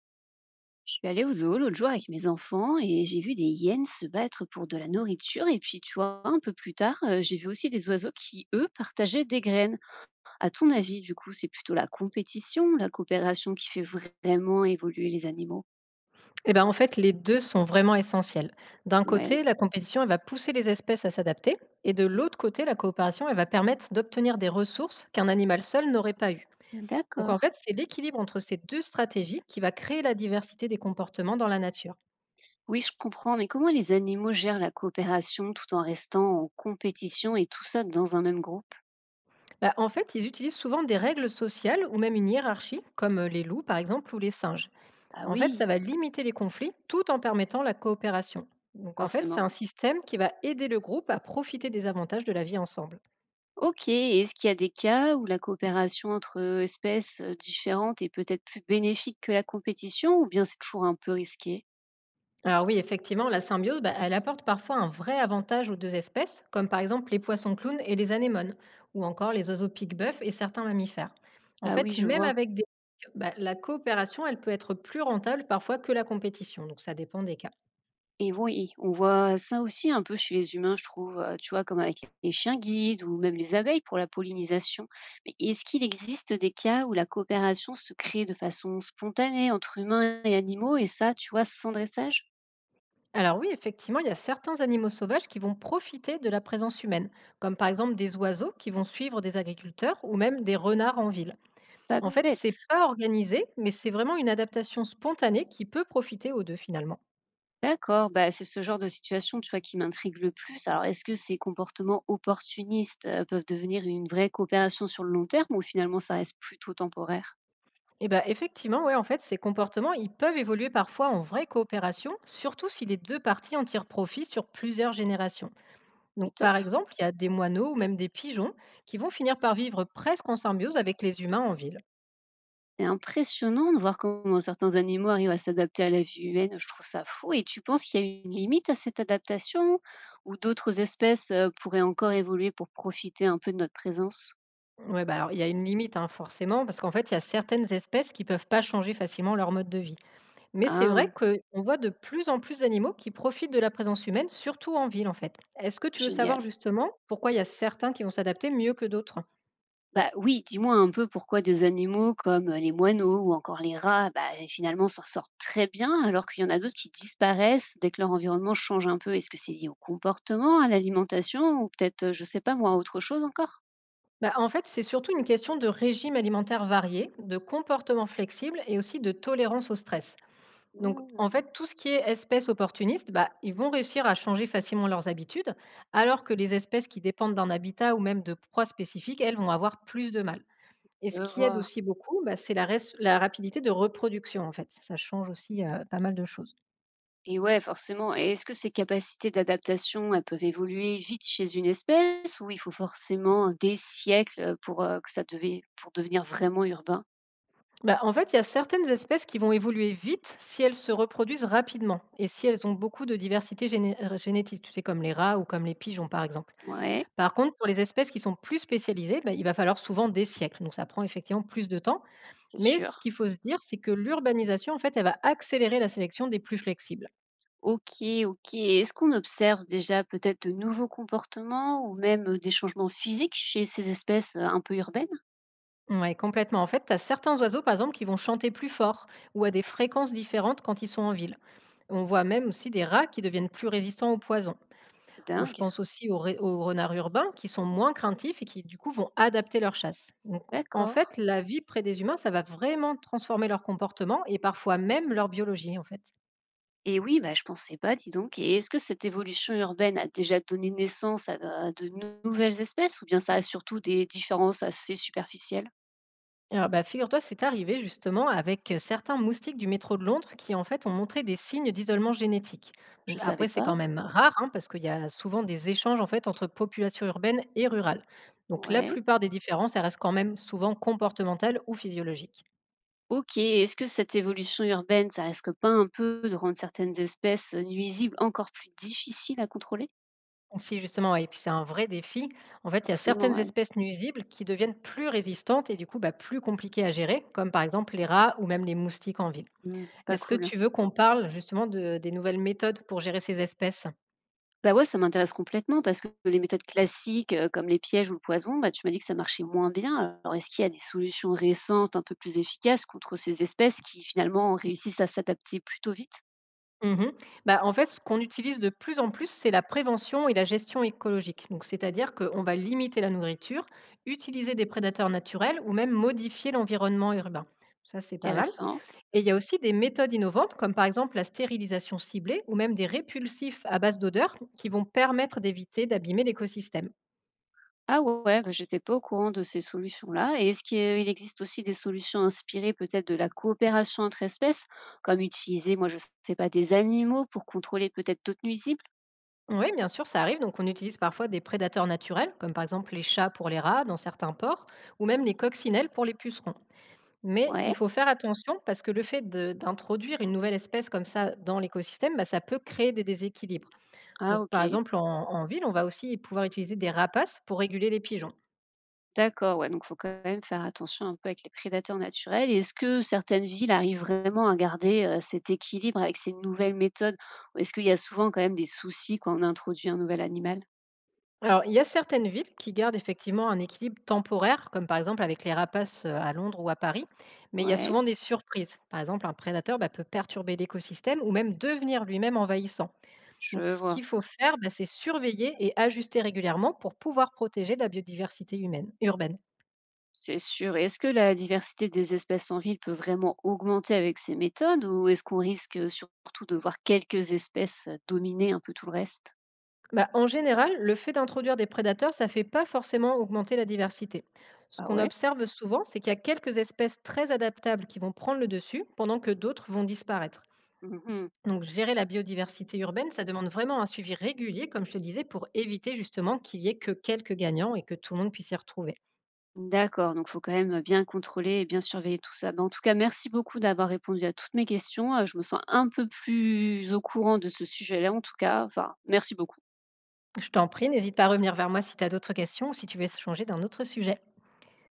Je suis allée au zoo l'autre jour avec mes enfants et j'ai vu des hyènes se battre pour de la nourriture. Et puis, tu vois, un peu plus tard, j'ai vu aussi des oiseaux qui, eux, partageaient des graines. À ton avis, du coup, c'est plutôt la compétition, la coopération qui fait vraiment évoluer les animaux? Eh ben, en fait, les 2 sont vraiment essentiels. D'un Ouais, côté, la compétition, elle va pousser les espèces à s'adapter, et de l'autre côté, la coopération, elle va permettre d'obtenir des ressources qu'un animal seul n'aurait pas eues. Donc en d'accord. fait, c'est l'équilibre entre ces 2 stratégies qui va créer la diversité des comportements dans la nature. Oui, je comprends, mais comment les animaux gèrent la coopération tout en restant en compétition et tout ça dans un même groupe? Bah, en fait, ils utilisent souvent des règles sociales ou même une hiérarchie, comme les loups par exemple ou les singes. Ah En fait, ça oui, va limiter les conflits tout en permettant la coopération. Donc en fait, c'est forcément. un système qui va aider le groupe à profiter des avantages de la vie ensemble. OK, et est-ce qu'il y a des cas où la coopération entre, espèces, différentes est peut-être plus bénéfique que la compétition ou bien c'est toujours un peu risqué? Alors oui, effectivement, la symbiose, bah, elle apporte parfois un vrai avantage aux deux espèces, comme par exemple les poissons clowns et les anémones, ou encore les oiseaux pique-bœuf et certains mammifères. En Ah oui, fait, je même vois. avec bah, la coopération, elle peut être plus rentable parfois que la compétition, donc ça dépend des cas. Et oui, on voit ça aussi un peu chez les humains, je trouve, tu vois, comme avec les chiens guides ou même les abeilles pour la pollinisation. Mais est-ce qu'il existe des cas où la coopération se crée de façon spontanée entre humains et animaux et ça, tu vois, sans dressage? Alors oui, effectivement, il y a certains animaux sauvages qui vont profiter de la présence humaine, comme par exemple des oiseaux qui vont suivre des agriculteurs ou même des renards en ville. Pas En fait, c'est bête. pas organisé, mais c'est vraiment une adaptation spontanée qui peut profiter aux deux finalement. D'accord, bah, c'est ce genre de situation, tu vois, qui m'intrigue le plus. Alors, est-ce que ces comportements opportunistes, peuvent devenir une vraie coopération sur le long terme ou finalement ça reste plutôt temporaire? Eh ben, effectivement, ouais, en fait, ces comportements, ils peuvent évoluer parfois en vraie coopération, surtout si les deux parties en tirent profit sur plusieurs générations. Donc, C'est top. par exemple, il y a des moineaux ou même des pigeons qui vont finir par vivre presque en symbiose avec les humains en ville. C'est impressionnant de voir comment certains animaux arrivent à s'adapter à la vie humaine, je trouve ça fou et tu penses qu'il y a une limite à cette adaptation ou d'autres espèces, pourraient encore évoluer pour profiter un peu de notre présence? Ouais, bah alors, il y a une limite, hein, forcément, parce qu'en fait, il y a certaines espèces qui peuvent pas changer facilement leur mode de vie. Mais c'est vrai Ah, qu'on voit de plus en plus d'animaux qui profitent de la présence humaine, surtout en ville, en fait. Est-ce que tu veux savoir génial. justement pourquoi il y a certains qui vont s'adapter mieux que d'autres? Bah oui, dis-moi un peu pourquoi des animaux comme les moineaux ou encore les rats, bah, et finalement s'en sortent très bien, alors qu'il y en a d'autres qui disparaissent dès que leur environnement change un peu. Est-ce que c'est lié au comportement, à l'alimentation, ou peut-être, je sais pas moi, à autre chose encore? Bah, en fait, c'est surtout une question de régime alimentaire varié, de comportement flexible et aussi de tolérance au stress. Donc, en Hmm, fait, tout ce qui est espèces opportunistes, bah, ils vont réussir à changer facilement leurs habitudes, alors que les espèces qui dépendent d'un habitat ou même de proies spécifiques, elles vont avoir plus de mal. Et ce je qui aide vois. aussi beaucoup, bah, c'est la rapidité de reproduction, en fait. Ça change aussi pas mal de choses. Et ouais, forcément. Et est-ce que ces capacités d'adaptation, elles peuvent évoluer vite chez une espèce, ou il faut forcément des siècles pour que ça devait, pour devenir vraiment urbain? Bah, en fait, il y a certaines espèces qui vont évoluer vite si elles se reproduisent rapidement et si elles ont beaucoup de génétique, tu sais, comme les rats ou comme les pigeons, par exemple. Ouais, Par contre, pour les espèces qui sont plus spécialisées, bah, il va falloir souvent des siècles. Donc, ça prend effectivement plus de temps. c'est Mais ce sûr. qu'il faut se dire, c'est que l'urbanisation, en fait, elle va accélérer la sélection des plus flexibles. OK, OK. Est-ce qu'on observe déjà peut-être de nouveaux comportements ou même, des changements physiques chez ces espèces, un peu urbaines? Oui, complètement. En fait, tu as certains oiseaux, par exemple, qui vont chanter plus fort ou à des fréquences différentes quand ils sont en ville. On voit même aussi des rats qui deviennent plus résistants aux poisons. C'est Bon, je dingue. pense aussi aux renards urbains qui sont moins craintifs et qui, du coup, vont adapter leur chasse. Donc, en D'accord. fait, la vie près des humains, ça va vraiment transformer leur comportement et parfois même leur biologie, en fait. Et oui, bah, je pensais pas, dis donc. Et est-ce que cette évolution urbaine a déjà donné naissance à de nouvelles espèces ou bien ça a surtout des différences assez superficielles? Alors, bah, figure-toi, c'est arrivé justement avec certains moustiques du métro de Londres qui, en fait, ont montré des signes d'isolement génétique. Donc, Je savais après, c'est quand pas. même rare hein, parce qu'il y a souvent des échanges en fait entre populations urbaines et rurales. Donc, la Ouais. plupart des différences, elles restent quand même souvent comportementales ou physiologiques. OK. Et est-ce que cette évolution urbaine, ça risque pas un peu de rendre certaines espèces, nuisibles encore plus difficiles à contrôler? Aussi, justement, ouais, et puis c'est un vrai défi. En fait, il y a Forcément, certaines ouais. espèces nuisibles qui deviennent plus résistantes et du coup bah, plus compliquées à gérer, comme par exemple les rats ou même les moustiques en ville. Mmh, pas Est-ce que cool. tu veux qu'on parle justement des nouvelles méthodes pour gérer ces espèces? Bah, ouais, ça m'intéresse complètement parce que les méthodes classiques, comme les pièges ou le poison, bah, tu m'as dit que ça marchait moins bien. Alors est-ce qu'il y a des solutions récentes un peu plus efficaces contre ces espèces qui finalement réussissent à s'adapter plutôt vite? Mhm. Bah, en fait, ce qu'on utilise de plus en plus, c'est la prévention et la gestion écologique. Donc, c'est-à-dire qu'on va limiter la nourriture, utiliser des prédateurs naturels ou même modifier l'environnement urbain. Ça, c'est pas mal. Intéressant. Et il y a aussi des méthodes innovantes, comme par exemple la stérilisation ciblée ou même des répulsifs à base d'odeur qui vont permettre d'éviter d'abîmer l'écosystème. Ah ouais, bah, j'étais pas au courant de ces solutions-là et est-ce qu'il il existe aussi des solutions inspirées peut-être de la coopération entre espèces, comme utiliser, moi je sais pas, des animaux pour contrôler peut-être d'autres nuisibles? Oui, bien sûr, ça arrive. Donc, on utilise parfois des prédateurs naturels, comme par exemple les chats pour les rats dans certains ports, ou même les coccinelles pour les pucerons. Mais il Ouais. faut faire attention parce que le fait d'introduire une nouvelle espèce comme ça dans l'écosystème, bah, ça peut créer des déséquilibres. Ah Donc, par OK. exemple, en ville, on va aussi pouvoir utiliser des rapaces pour réguler les pigeons. D'accord, ouais, donc faut quand même faire attention un peu avec les prédateurs naturels. Et est-ce que certaines villes arrivent vraiment à garder, cet équilibre avec ces nouvelles méthodes? Ou est-ce qu'il y a souvent quand même des soucis quand on introduit un nouvel animal? Alors, il y a certaines villes qui gardent effectivement un équilibre temporaire, comme par exemple avec les rapaces à Londres ou à Paris, mais il y a Ouais, souvent des surprises. Par exemple, un prédateur bah, peut perturber l'écosystème ou même devenir lui-même envahissant. Donc, je ce vois, qu'il faut faire, bah, c'est surveiller et ajuster régulièrement pour pouvoir protéger la biodiversité humaine, urbaine. c'est sûr. Et est-ce que la diversité des espèces en ville peut vraiment augmenter avec ces méthodes? Ou est-ce qu'on risque, surtout de voir quelques espèces, dominer un peu tout le reste? Bah, en général, le fait d'introduire des prédateurs, ça ne fait pas forcément augmenter la diversité. Ce Ah qu'on ouais? observe souvent, c'est qu'il y a quelques espèces très adaptables qui vont prendre le dessus, pendant que d'autres vont disparaître. Mmh. Donc, gérer la biodiversité urbaine, ça demande vraiment un suivi régulier, comme je te disais, pour éviter justement qu'il y ait que quelques gagnants et que tout le monde puisse s'y retrouver. D'accord, donc il faut quand même, bien contrôler et bien surveiller tout ça. Ben, en tout cas, merci beaucoup d'avoir répondu à toutes mes questions, je me sens un peu plus au courant de ce sujet-là en tout cas, enfin merci beaucoup. Je t'en prie, n'hésite pas à revenir vers moi si tu as d'autres questions ou si tu veux changer d'un autre sujet.